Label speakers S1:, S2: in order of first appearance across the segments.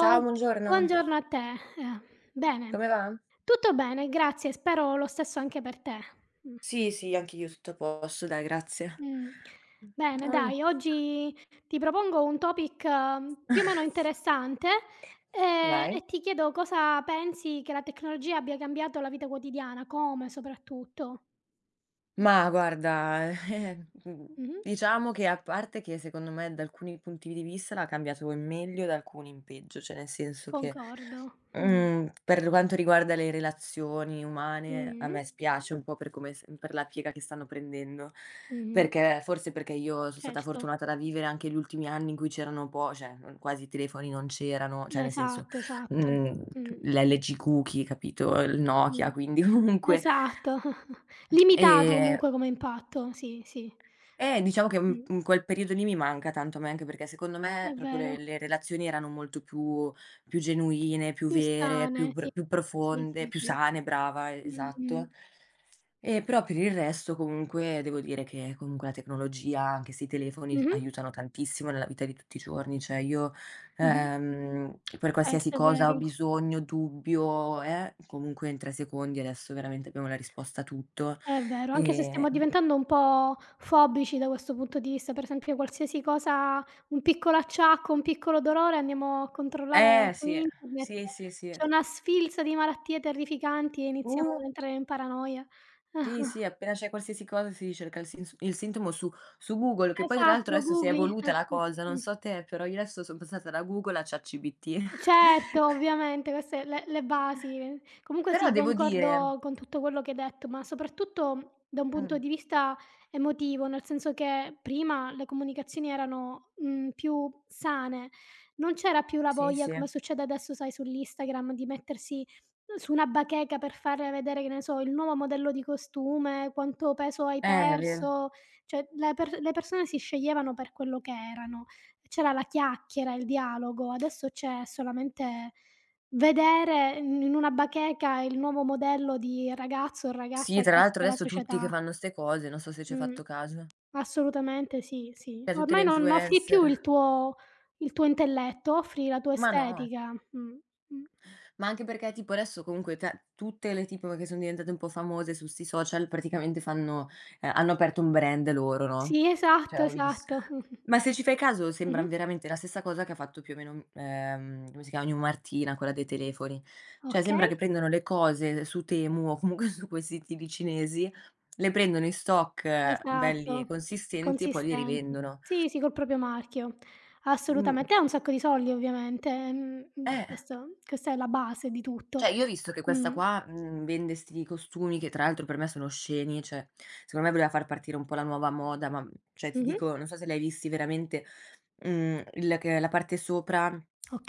S1: Ciao, buongiorno.
S2: buongiorno a te. Eh, bene,
S1: Come va?
S2: tutto bene, grazie, spero lo stesso anche per te. Mh.
S1: Sì, sì, anche io tutto a posto, dai, grazie.
S2: Mh. Bene
S1: Mm,
S2: dai, oggi ti propongo un topic più o meno interessante,
S1: vai.
S2: e ti chiedo cosa pensi che la tecnologia abbia cambiato la vita quotidiana, come soprattutto. Mh.
S1: Ma guarda,
S2: Mh-mh.
S1: diciamo che a parte che secondo me da alcuni punti di vista l'ha cambiato in meglio, da alcuni in peggio, cioè nel senso che,
S2: Concordo. Mh.
S1: per quanto riguarda le relazioni umane a
S2: Mh-mh.
S1: me spiace un po' per come s per la piega che stanno prendendo,
S2: Mh-mh.
S1: perché forse perché io sono stata
S2: Certo.
S1: fortunata da vivere anche gli ultimi anni in cui c'erano po cioè, quasi i telefoni non c'erano, cioè nel senso,
S2: Esatto, esatto.
S1: mhmm,
S2: Mh.
S1: l'LG Cookie, capito, il Nokia,
S2: Mh.
S1: quindi comunque,
S2: Esatto. Limitato
S1: ehm
S2: comunque come impatto, sì, sì.
S1: diciamo che,
S2: Mh,
S1: in quel periodo lì mi manca tanto a me, anche perché secondo
S2: è
S1: me proprio le
S2: vero.
S1: le relazioni erano molto più più genuine, più
S2: Più
S1: vere,
S2: sane, sì.
S1: più
S2: Sì,
S1: profonde,
S2: sì,
S1: più
S2: sì.
S1: sane, brava,
S2: Mh-mh.
S1: esatto. E però per il resto comunque devo dire che comunque la tecnologia, anche se i telefoni
S2: Mh-mh.
S1: aiutano tantissimo nella vita di tutti i giorni, cioè io,
S2: Mh-mh.
S1: per
S2: Certo,
S1: qualsiasi
S2: è
S1: cosa ho
S2: vero.
S1: bisogno, dubbio, comunque in 3 secondi adesso veramente abbiamo la risposta a tutto,
S2: È vero, anche se
S1: ehm
S2: stiamo diventando un po' fobici da questo punto di vista, per esempio qualsiasi cosa, un piccolo acciacco, un piccolo dolore andiamo a controllare
S1: eh
S2: su
S1: sì,
S2: internet.
S1: sì, sì, sì.
S2: C'è una sfilza di malattie terrificanti e iniziamo
S1: Uh,
S2: ad entrare in paranoia.
S1: sì, sì, appena c'è qualsiasi cosa si cerca il sintomo su Google, che poi tra
S2: Esatto,
S1: l'altro
S2: lo
S1: adesso si è
S2: googli.
S1: evoluta la cosa, non
S2: Mh.
S1: so te, però io adesso son passata da Google a ChatGPT.
S2: Certo, ovviamente queste le basi. Comunque
S1: Però
S2: sì,
S1: devo dire
S2: concordo con tutto quello che hai detto, ma soprattutto da un
S1: mh,
S2: punto di vista emotivo, nel senso che prima le comunicazioni erano, più sane. Non c'era più la
S1: sì,
S2: voglia,
S1: sì,
S2: come succede adesso sai sull'Instagram, di mettersi su una bacheca per far vedere, che ne so, il nuovo modello di costume, quanto peso hai
S1: è vero.
S2: perso, cioè le per le persone si sceglievano per quello che erano. C'era la chiacchiera, il dialogo, adesso c'è solamente vedere in una bacheca il nuovo modello di ragazzo o
S1: Sì,
S2: ragazza
S1: tra
S2: che
S1: l'altro
S2: offre la
S1: adesso tutti che
S2: società.
S1: fanno 'ste cose, non so se ci hai
S2: Mh,
S1: fatto caso.
S2: assolutamente sì, sì.
S1: Cioè tutte le
S2: Ormai non offri più
S1: influencer.
S2: il tuo intelletto, offri la tua
S1: Ma no.
S2: estetica. Mh.
S1: Ma anche perché tipo adesso comunque ta tutte le tipo che son diventate un po' famose su 'sti social praticamente fanno hanno aperto un brand loro, no,
S2: Sì, esatto,
S1: cioè ho vis
S2: esatto.
S1: ma se ci fai caso sembran
S2: Mh-mh.
S1: veramente la stessa cosa che ha fatto più o meno, come si chiama, New Martina, quella dei telefoni. Cioè
S2: Okay.
S1: sembra che prendono le cose su Temu o comunque su quei siti lì cinesi, le prendono in stock belli e
S2: Esatto,
S1: consistenti e poi li
S2: consistenti.
S1: rivendono.
S2: Sì, sì, col proprio marchio.
S1: Mh,
S2: Assolutamente. E un sacco di soldi ovviamente,
S1: eh.
S2: questo questa è la base di tutto.
S1: Cioè, io ho visto che questa
S2: Mh.
S1: qua, vende 'sti costumi che tra l'altro per me sono osceni, cioè secondo me voleva far partire un po' la nuova moda, ma, cioè ti
S2: Mh-mh.
S1: dico, non so se l'hai visti veramente, il che la parte sopra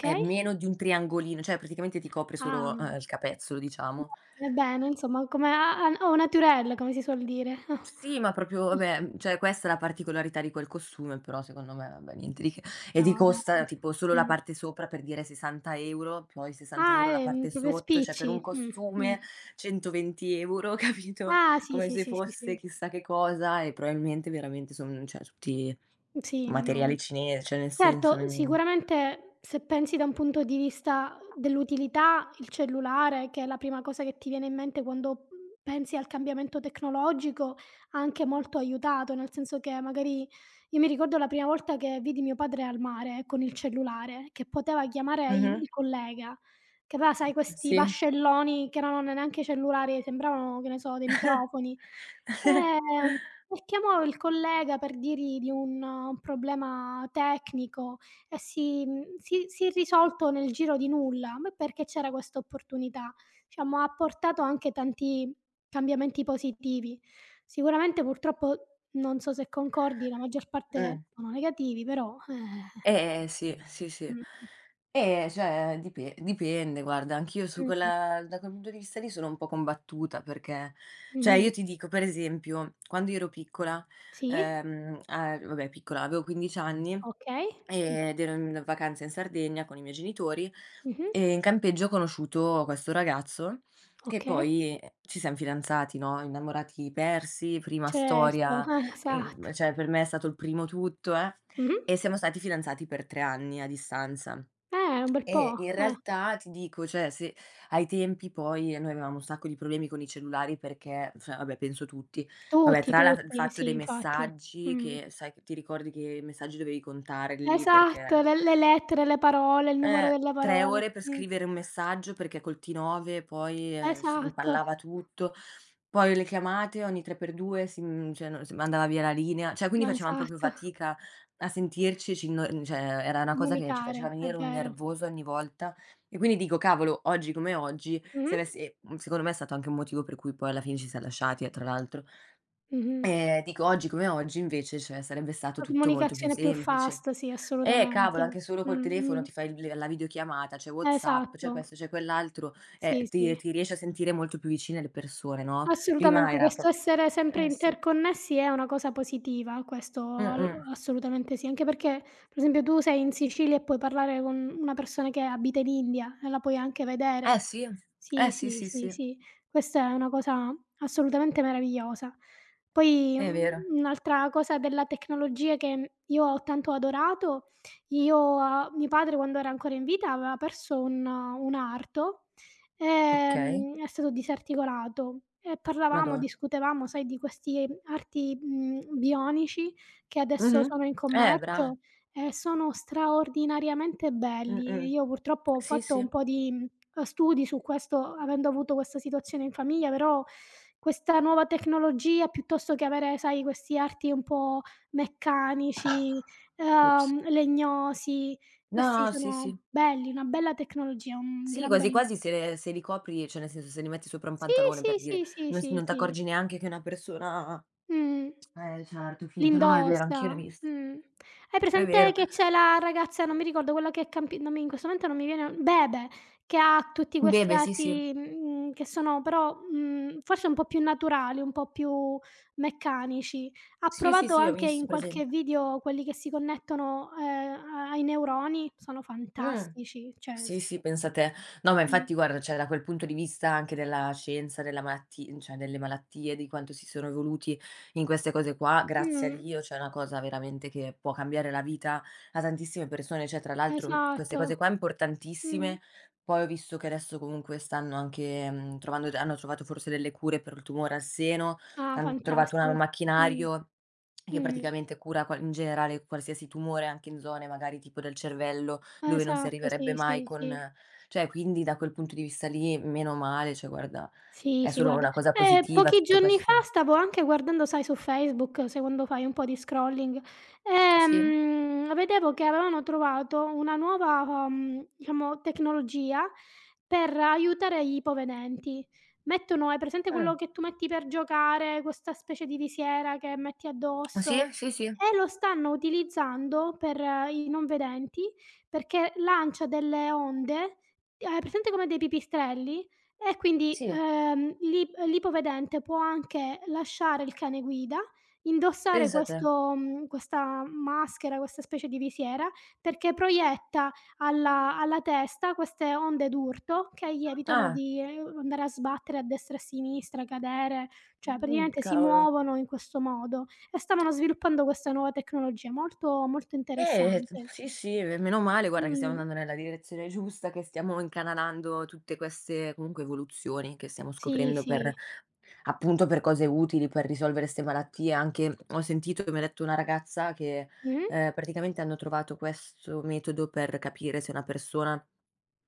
S1: è meno di un triangolino, cioè praticamente ti copre
S2: Ah.
S1: solo, il capezzolo, diciamo.
S2: Bene, bene, insomma come a a au naturel, come si suol dire.
S1: Sì, ma proprio vabbè, cioè questa è la particolarità di quel costume, però secondo me vabbè niente di che. E ti
S2: No
S1: costa
S2: dai.
S1: tipo solo la
S2: Mh.
S1: parte sopra per dire 60 €, poi
S2: Ah,
S1: 60 € la parte
S2: proprio
S1: sotto, cioè per
S2: spicci.
S1: un
S2: Mh.
S1: costume 120 €, capito?
S2: Ah, sì,
S1: Come
S2: sì,
S1: se
S2: sì, sì,
S1: fosse
S2: sì.
S1: chissà che cosa e probabilmente veramente son cioè tutti
S2: Sì, no.
S1: materiali cinesi, cioè nel senso
S2: Certo,
S1: non
S2: sicuramente se pensi da un punto di vista dell'utilità, il cellulare, che è la prima cosa che ti viene in mente quando, pensi al cambiamento tecnologico, ha anche molto aiutato, nel senso che magari io mi ricordo la prima volta che vidi mio padre al mare con il cellulare, che poteva chiamare il
S1: mh-mh.
S2: il collega, che aveva sai questi
S1: Sì.
S2: vascelloni che non erano neanche cellulari, sembravano, che ne so, dei microfoni. Ehm e chiamò il collega per dirgli di un problema tecnico e si mhmm, si si è risolto nel giro di nulla, ma perché c'era questa opportunità. Diciamo, ha portato anche tanti cambiamenti positivi. Sicuramente purtroppo, non so se concordi, la maggior parte
S1: Mh.
S2: sono negativi, però,
S1: Sì, sì, sì.
S2: mh,
S1: Cioè dipende guarda, anch'io su
S2: mh,
S1: quella da quel punto di vista lì sono un po' combattuta perché cioè io
S2: mh-mh.
S1: ti dico per esempio, quando io ero piccola,
S2: Sì,
S1: a vabbè piccola, avevo 15 anni,
S2: okay,
S1: ed ero in vacanza in Sardegna con i miei genitori
S2: mh-mh,
S1: e in campeggio ho conosciuto questo ragazzo che
S2: okay,
S1: poi ci siam fidanzati, no, innamorati persi, prima
S2: certo,
S1: storia,
S2: esatto.
S1: cioè per me è stato il primo tutto, eh.
S2: Mh-mh.
S1: E siamo stati fidanzati per 3 anni a distanza.
S2: Un bel
S1: E
S2: po',
S1: in
S2: eh.
S1: realtà ti dico, cioè se ai tempi poi noi avevamo un sacco di problemi con i cellulari perché cioè vabbè penso tutti, vabbè
S2: Tutti,
S1: tra la il
S2: tutti,
S1: fatto
S2: sì,
S1: dei
S2: infatti.
S1: messaggi
S2: Mh.
S1: che sai ti ricordi che i messaggi dovevi contarli
S2: Esatto,
S1: perché
S2: le lettere, le parole, il numero
S1: eh,
S2: delle
S1: 3
S2: parole.
S1: ore per
S2: Mh.
S1: scrivere un messaggio perché col T9 poi, si
S2: Esatto,
S1: impallava tutto. Poi le chiamate ogni 3x2 cioè no si andava via la linea, cioè quindi
S2: no,
S1: facevamo proprio
S2: esatto.
S1: fatica a sentirci, ci inno cioè era una cosa che ci faceva
S2: Comunicare, è
S1: venire un
S2: vero.
S1: nervoso ogni volta. E quindi dico: "Cavolo, oggi come oggi" se
S2: Mh-mh.
S1: avessi e, secondo me è stato anche un motivo per cui poi alla fine ci siam lasciati, tra l'altro.
S2: Mh-mh.
S1: Dico oggi come oggi invece, cioè, sarebbe stato
S2: La
S1: tutto molto più
S2: comunicazione più
S1: semplice.
S2: fast, sì,
S1: Cavolo,
S2: assolutamente.
S1: anche solo col telefono ti fai il le la videochiamata, c'è WhatsApp,
S2: Esatto.
S1: c'è questo, c'è quell'altro,
S2: Sì, sì.
S1: ti riesci a sentire molto più vicine le persone, no, prima
S2: Assolutamente,
S1: era
S2: questo
S1: pro
S2: essere sempre
S1: eh sì,
S2: interconnessi è una cosa positiva, questo al
S1: mh-mh.
S2: assolutamente sì, anche perché per esempio tu sei in Sicilia e puoi parlare con una persona che abita in India e la puoi anche vedere.
S1: Eh sì,
S2: Sì,
S1: eh sì,
S2: sì,
S1: sì,
S2: sì,
S1: sì,
S2: sì, questa è una cosa assolutamente meravigliosa. Poi,
S1: è vero.
S2: un'altra cosa della tecnologia che io ho tanto adorato, io a mio padre quando era ancora in vita aveva perso un arto,
S1: Okay,
S2: è stato disarticolato, e
S1: mado,
S2: parlavamo, discutevamo, sai, di questi arti, bionici, che adesso
S1: mh-mh.
S2: sono in
S1: Brava.
S2: commercio, e sono straordinariamente belli.
S1: Mh-mh.
S2: Io purtroppo ho
S1: Sì,
S2: fatto
S1: sì.
S2: un po' di, studi su questo, avendo avuto questa situazione in famiglia, però questa nuova tecnologia piuttosto che avere, sai, questi arti un po' meccanici,
S1: Ops.
S2: legnosi,
S1: No,
S2: questi
S1: no, sì, sì.
S2: sono belli, una bella tecnologia, un
S1: Sì,
S2: gran
S1: quasi
S2: bel
S1: quasi se le se li copri cioè nel senso se li metti sopra un
S2: sì,
S1: pantalone
S2: sì,
S1: per dire,
S2: sì, sì, sì,
S1: non
S2: sì.
S1: t'accorgi neanche che è una persona
S2: Mh.
S1: eh certo, finto. No, no, è vero, anch'io
S2: L'indossa.
S1: l'ho visto.
S2: Mh. Hai
S1: È
S2: presente
S1: vero.
S2: che c'è la ragazza, non mi ricordo quella che è campi non mi in questo momento non mi viene, Bebe, che ha tutti questi
S1: Bebe, sì, sì.
S2: arti, che sono però, forse un po' più naturali, un po' più meccanici. Ha
S1: Sì, sì,
S2: provato
S1: sì, ho
S2: anche in
S1: visto,
S2: qualche
S1: presente.
S2: video quelli che si connettono, a ai neuroni, sono
S1: Mh.
S2: fantastici, cioè s
S1: Sì, sì, pensa te. No, ma
S2: mh.
S1: infatti guarda, cioè da quel punto di vista anche della scienza, della malatti cioè delle malattie, di quanto si sono evoluti in queste cose qua, grazie a
S2: Mh.
S1: Dio, cioè è una cosa veramente che può cambiare la vita a tantissime persone. Cioè, tra l'altro, queste
S2: Esatto.
S1: cose qua
S2: Mh.
S1: importantissime, poi ho visto che adesso comunque stanno anche, trovando d hanno trovato forse delle cure per il tumore al seno,
S2: Ah,
S1: han trovato una un
S2: fantastico. Mh.
S1: macchinario che
S2: Mh.
S1: praticamente cura qua in generale qualsiasi tumore, anche in zone magari tipo del cervello, dove non si
S2: Esatto, sì,
S1: arriverebbe mai
S2: sì,
S1: con
S2: sì.
S1: cioè quindi da quel punto di vista lì, meno male, cioè guarda,
S2: Sì,
S1: è
S2: sì,
S1: solo
S2: guarda,
S1: una cosa positiva
S2: pochi
S1: tutto
S2: giorni fa
S1: questo.
S2: stavo anche guardando, sai, su Facebook, sai quando fai un po' di scrolling,
S1: Sì?
S2: vedevo che avevano trovato una nuova, diciamo, tecnologia per aiutare gli ipovedenti. Mettono, hai presente
S1: Mh.
S2: quello che tu metti per giocare, questa specie di visiera che metti
S1: Sì,
S2: addosso?
S1: sì, sì,
S2: E lo stanno utilizzando per i non vedenti, perché lancia delle onde, hai presente come dei pipistrelli? E quindi,
S1: sì,
S2: l'ipovedente può anche lasciare il cane guida, indossare
S1: pensa te.
S2: questa maschera, questa specie di visiera, perché proietta alla testa queste onde d'urto che gli evitano
S1: Ah,
S2: di, andare a sbattere a destra e a sinistra, cadere, cioè praticamente si
S1: cavolo.
S2: muovono in questo modo e stavano sviluppando questa nuova tecnologia molto, molto interessante.
S1: Sì, sì, e meno male guarda che stiamo
S2: Mh.
S1: andando nella direzione giusta, che stiamo incanalando tutte queste comunque evoluzioni che stiamo
S2: Sì,
S1: scoprendo
S2: sì.
S1: per appunto per cose utili, per risolvere 'ste malattie, anche ho sentito che mi ha detto una ragazza che,
S2: Mh-mh.
S1: praticamente hanno trovato questo metodo per capire se una persona,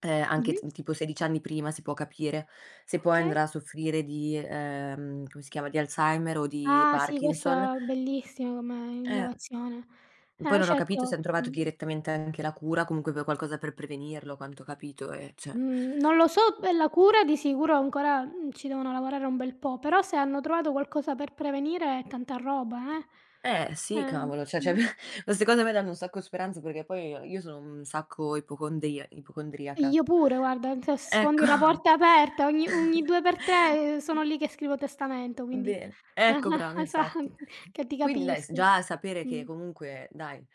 S1: anche
S2: Mh-mh.
S1: t tipo 16 anni prima si può capire se poi
S2: Okay.
S1: andrà a soffrire di, come si chiama, di Alzheimer o di
S2: Ah sì,
S1: Parkinson.
S2: questa è bellissima come
S1: Eh,
S2: innovazione.
S1: poi
S2: Eh
S1: non ho capito
S2: certo,
S1: se han trovato direttamente anche la cura, comunque per qualcosa per prevenirlo, a quanto ho capito, e cioè
S2: mhmm, non lo so per la cura di sicuro ancora, ci devono lavorare un bel po', però se hanno trovato qualcosa per prevenire è tanta roba, eh.
S1: eh sì, cavolo, cioè queste cose a me danno un sacco di speranza perché poi io sono un sacco ipocondriaca.
S2: Io pure guarda, cioè sfondi
S1: Ecco.
S2: una porta aperta, ogni 2 per 3 sono lì che scrivo testamento, quindi.
S1: Bene, ecco bravo,
S2: Eh, sa
S1: infatti.
S2: che ti
S1: Quindi dai, s
S2: capisco.
S1: già sapere che
S2: Mh,
S1: comunque dai,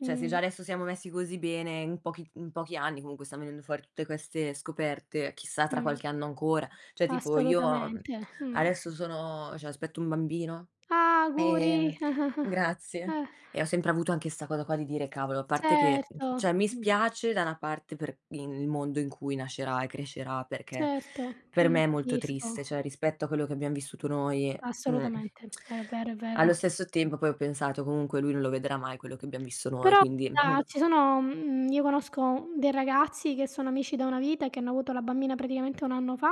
S1: cioè se già adesso siamo messi così bene, in pochi anni comunque stanno venendo fuori tutte queste scoperte, chissà tra
S2: mh,
S1: qualche anno ancora. Cioè tipo io, mhmm,
S2: assolutamente.
S1: adesso sono cioè aspetto un bambino.
S2: Ah,
S1: Ehm,
S2: auguri.
S1: grazie.
S2: Eh,
S1: E ho sempre avuto anche 'sta cosa qua di dire: "Cavolo", a parte che
S2: certo,
S1: cioè mi spiace da una parte per il mondo in cui nascerà e crescerà, perché
S2: certo,
S1: per me è molto
S2: capisco.
S1: triste, cioè rispetto a quello che abbiam vissuto noi, mhmm,
S2: Assolutamente, è vero, è
S1: allo
S2: vero.
S1: stesso tempo poi ho pensato: "Comunque lui non lo vedrà mai quello che abbiam visto noi",
S2: Però
S1: quindi
S2: guarda,
S1: mh.
S2: io conosco dei ragazzi che sono amici da una vita e che hanno avuto la bambina praticamente 1 anno fa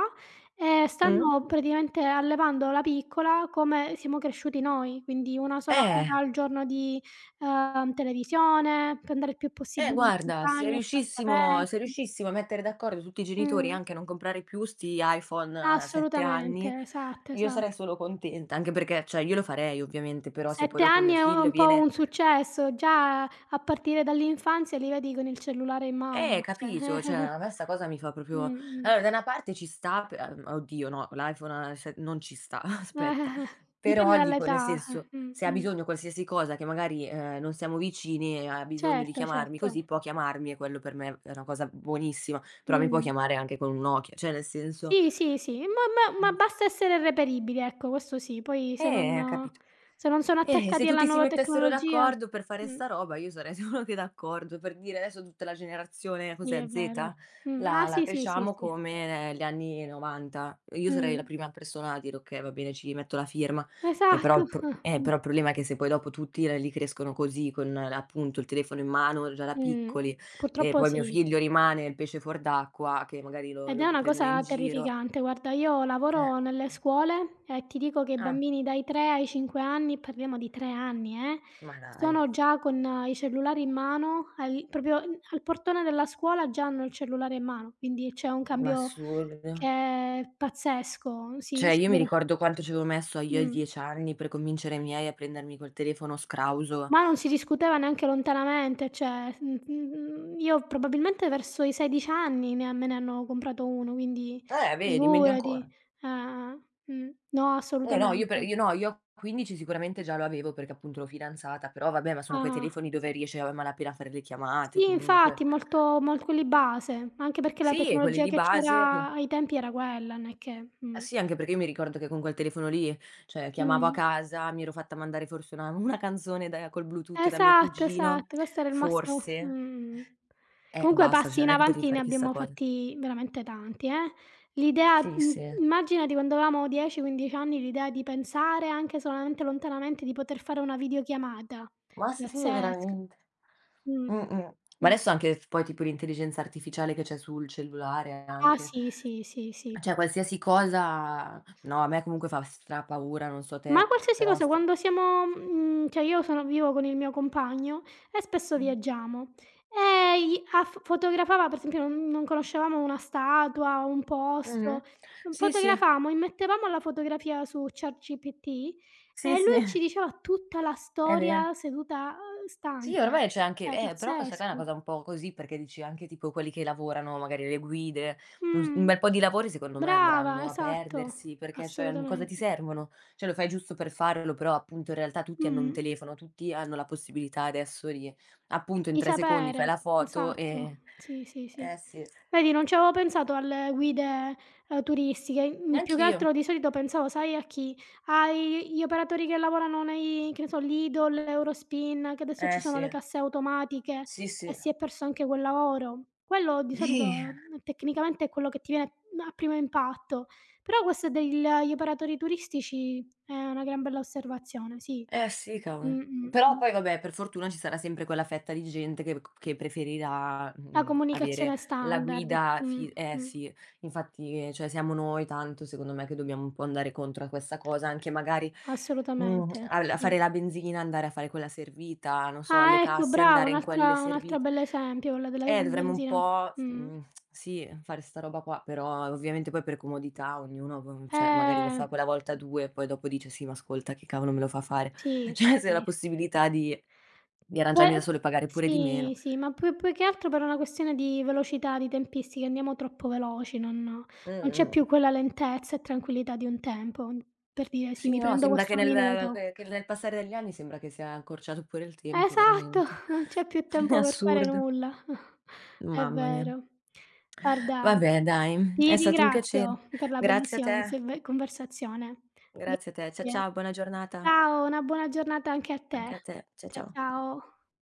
S2: e
S1: Mh?
S2: stanno praticamente allevando la piccola come siamo cresciuti noi, quindi 1 sola
S1: Eh.
S2: ora al giorno di, televisione, per andare il più possibile in
S1: Guarda,
S2: montagna, spazi
S1: se
S2: aperti.
S1: riuscissimo a mettere d'accordo tutti i genitori,
S2: Mh.
S1: anche a non comprare più 'sti iPhone a 7 anni,
S2: Assolutamente, esatto,
S1: io sarei
S2: esatto.
S1: solo contenta, anche perché cioè io lo farei ovviamente, però se poi
S2: 7
S1: dopo
S2: anni
S1: mio
S2: è
S1: figlio
S2: un po' un
S1: viene
S2: successo, già a partire dall'infanzia li vedi con il cellulare in
S1: eh,
S2: mano, cioè.
S1: capito, cioè a me 'sta cosa mi fa proprio
S2: Mh-mh.
S1: allora da una parte ci sta p oddio no, l'iPhone ha se non ci sta, aspetta.
S2: Dipende
S1: Però dico, nel
S2: dall'età,
S1: senso, se ha
S2: mh.
S1: bisogno di qualsiasi cosa che magari, non siamo vicini e ha bisogno di
S2: Certo,
S1: chiamarmi
S2: certo.
S1: così, può chiamarmi e quello per me è una cosa buonissima, però mi può
S2: Mh.
S1: chiamare anche con un Nokia, cioè nel senso
S2: Sì, sì, sì, ma basta essere reperibili, ecco, questo sì, poi se non
S1: capito.
S2: sono
S1: Se
S2: attaccati alla
S1: tutti si
S2: nuova
S1: mettessero
S2: tecnologia,
S1: d'accordo per fare
S2: mh,
S1: sta roba io sarei solo che d'accordo, per dire adesso tutta la generazione,
S2: sì,
S1: cos'è,
S2: è
S1: Z?
S2: vero. Ah
S1: La
S2: sì, sì, sì,
S1: cresciamo
S2: sì.
S1: come gli anni '90. Io sarei la
S2: Mh.
S1: prima persona a dire: "Okay, va bene, ci metto la firma".
S2: Esatto.
S1: Però il problema è che se poi dopo tutti re li crescono così, con appunto il telefono in mano già da
S2: Mh,
S1: piccoli, e
S2: purtroppo
S1: poi mio
S2: sì.
S1: figlio rimane il pesce fuor d'acqua, che magari
S2: Ed è
S1: lo
S2: una
S1: prendono in
S2: cosa
S1: giro.
S2: terrificante. Guarda, io
S1: Eh.
S2: lavoro nelle scuole e ti dico che i
S1: Ah,
S2: bambini dai 3 ai 5 anni, parliamo di 3 anni,
S1: ma dai,
S2: sono già con i cellulari in mano, al proprio n al portone della scuola già hanno il cellulare in mano, quindi c'è un
S1: ma
S2: cambio
S1: assurdo.
S2: che è pazzesco. Sì,
S1: Cioè, io mi
S2: sicura
S1: ricordo quanto ci avevo messo io ai
S2: mh.
S1: 10 anni per convincere i miei a prendermi quel telefono scrauso.
S2: Ma non si discuteva neanche lontanamente, cioè, io probabilmente verso i 16 anni ne me ne hanno comprato 1, quindi
S1: Vedi, meglio
S2: figurati.
S1: ancora".
S2: No,
S1: No, io pre
S2: assolutamente.
S1: io no, io a 15 sicuramente già lo avevo perché appunto ero fidanzata, però vabbè, ma sono quei
S2: Ah-ah.
S1: telefoni dove riesci a malapena a fare le chiamate
S2: Sì,
S1: comunque.
S2: infatti, molto mol quelli base, anche perché la
S1: Sì, e quelli
S2: tecnologia
S1: lì
S2: che
S1: base che
S2: c'era ai tempi era quella, non è che.
S1: eh sì, anche perché io mi ricordo che con quel telefono lì, cioè, chiamavo a
S2: Mh.
S1: casa, mi ero fatta mandare forse una canzone da col Bluetooth da mio
S2: Esatto,
S1: cugino,
S2: esatto, questo era il massimo
S1: forse,
S2: mh.
S1: e
S2: Comunque
S1: basta,
S2: passi
S1: cioè
S2: in
S1: non è che potevi
S2: avanti ne
S1: fare chissà
S2: abbiamo
S1: cosa.
S2: fatti veramente tanti, eh. L'idea
S1: Sì,
S2: mhmm,
S1: sì.
S2: immaginati quando avevamo 10, 15 anni l'idea di pensare anche solamente lontanamente di poter fare una videochiamata.
S1: Ma sì, sì,
S2: Pazzesco.
S1: veramente.
S2: Mh,
S1: Mh-mh. Ma
S2: mh.
S1: adesso anche f poi tipo l'intelligenza artificiale che c'è sul cellulare
S2: Ah
S1: anche,
S2: sì, sì, sì, sì.
S1: cioè qualsiasi cosa no, a me comunque fa strapaura, non so
S2: Ma
S1: te,
S2: qualsiasi
S1: però
S2: cosa,
S1: st
S2: cioè io sono vivo con il mio compagno e spesso
S1: mh.
S2: viaggiamo. E i a f fotografava, per esempio non conoscevamo una statua, un
S1: Mh-mh.
S2: posto,
S1: Sì, sì.
S2: fotografavamo, immettevamo la fotografia su ChatGPT e
S1: Sì, sì,
S2: lui ci diceva tutta la
S1: è vero.
S2: storia seduta,
S1: Sì,
S2: stante.
S1: ormai c'è anche
S2: Cioè
S1: però questa qua è una
S2: pazzesco.
S1: cosa un po' così, perché dici anche tipo quelli che lavorano, magari le guide, un
S2: Mh,
S1: bel po' di lavori secondo me
S2: brava,
S1: andranno a
S2: esatto,
S1: perdersi, perché cioè, cosa ti
S2: assolutamente.
S1: servono? Cioè lo fai giusto per farlo, però appunto in realtà tutti hanno un
S2: Mh.
S1: telefono, tutti hanno la possibilità adesso di appunto in
S2: Di
S1: 3 secondi fai
S2: sapere,
S1: la foto e
S2: esatto. Sì, sì, sì.
S1: eh sì.
S2: Vedi, non ci avevo pensato alle guide, turistiche. Mhmm, più che
S1: Neanch'io.
S2: altro di solito pensavo, sai a chi? Ai gli operatori che lavorano nei che ne so, Lidl, Eurospin, che adesso ci
S1: Eh
S2: sono
S1: sì.
S2: le casse automatiche
S1: Sì,
S2: e
S1: sì.
S2: si è perso anche quel lavoro. Quello di solito,
S1: Eh.
S2: tecnicamente è quello che ti viene, a primo impatto, però questo degl gli operatori turistici è una gran bella osservazione, sì.
S1: Eh sì,
S2: Mh,
S1: cavolo.
S2: mh,
S1: Però
S2: mh.
S1: poi vabbè, per fortuna ci sarà sempre quella fetta di gente che c che preferirà,
S2: La
S1: avere
S2: comunicazione
S1: la
S2: standard.
S1: guida fi eh
S2: Mh,
S1: sì, infatti, cioè siamo noi tanto secondo me che dobbiamo un po' andare contro a questa cosa, anche magari,
S2: assolutamente.
S1: al a
S2: Mh.
S1: fare la benzina, andare a fare quella servita, non so, alle
S2: Ah, ecco
S1: casse,
S2: brava,
S1: andare in quelle
S2: un'altra
S1: servite.
S2: bell'esempio quella della
S1: Dovremmo un
S2: benzina.
S1: po',
S2: Mh.
S1: sì, fare sta roba qua, però ovviamente poi per comodità ognuno, cioè magari lo
S2: Eh,
S1: fa quella volta, 2, poi dopo dice: "Sì, ma ascolta che cavolo me lo fa fare?"
S2: sì,
S1: Cioè, se ho la
S2: sì.
S1: possibilità di
S2: Pe
S1: arrangiarmi da sola e pagare pure di
S2: sì,
S1: meno.
S2: sì, ma più che altro per una questione di velocità, di tempistica, andiamo troppo veloci, non c'è
S1: Mh-mh.
S2: più quella lentezza e tranquillità di un tempo. Per dire: "Sì,
S1: Sì,
S2: mi
S1: no,
S2: prendo
S1: sembra che
S2: questo
S1: nel
S2: minuto".
S1: che nel passare degli anni sembra che sia accorciato pure il tempo,
S2: Esatto,
S1: veramente.
S2: non c'è più
S1: È
S2: tempo per fare
S1: assurdo.
S2: nulla. È
S1: Mamma mia.
S2: vero. Guarda,
S1: Vabbè dai,
S2: ti
S1: è stato un piacere.
S2: ringrazio per la
S1: Grazie a
S2: bellissima
S1: te,
S2: conserve conversazione.
S1: grazie a te. Cia
S2: Grazie.
S1: ciao, buona giornata
S2: Ciao, una buona giornata anche a te.
S1: anche a te. Cia
S2: Cia
S1: ciao.
S2: ciao.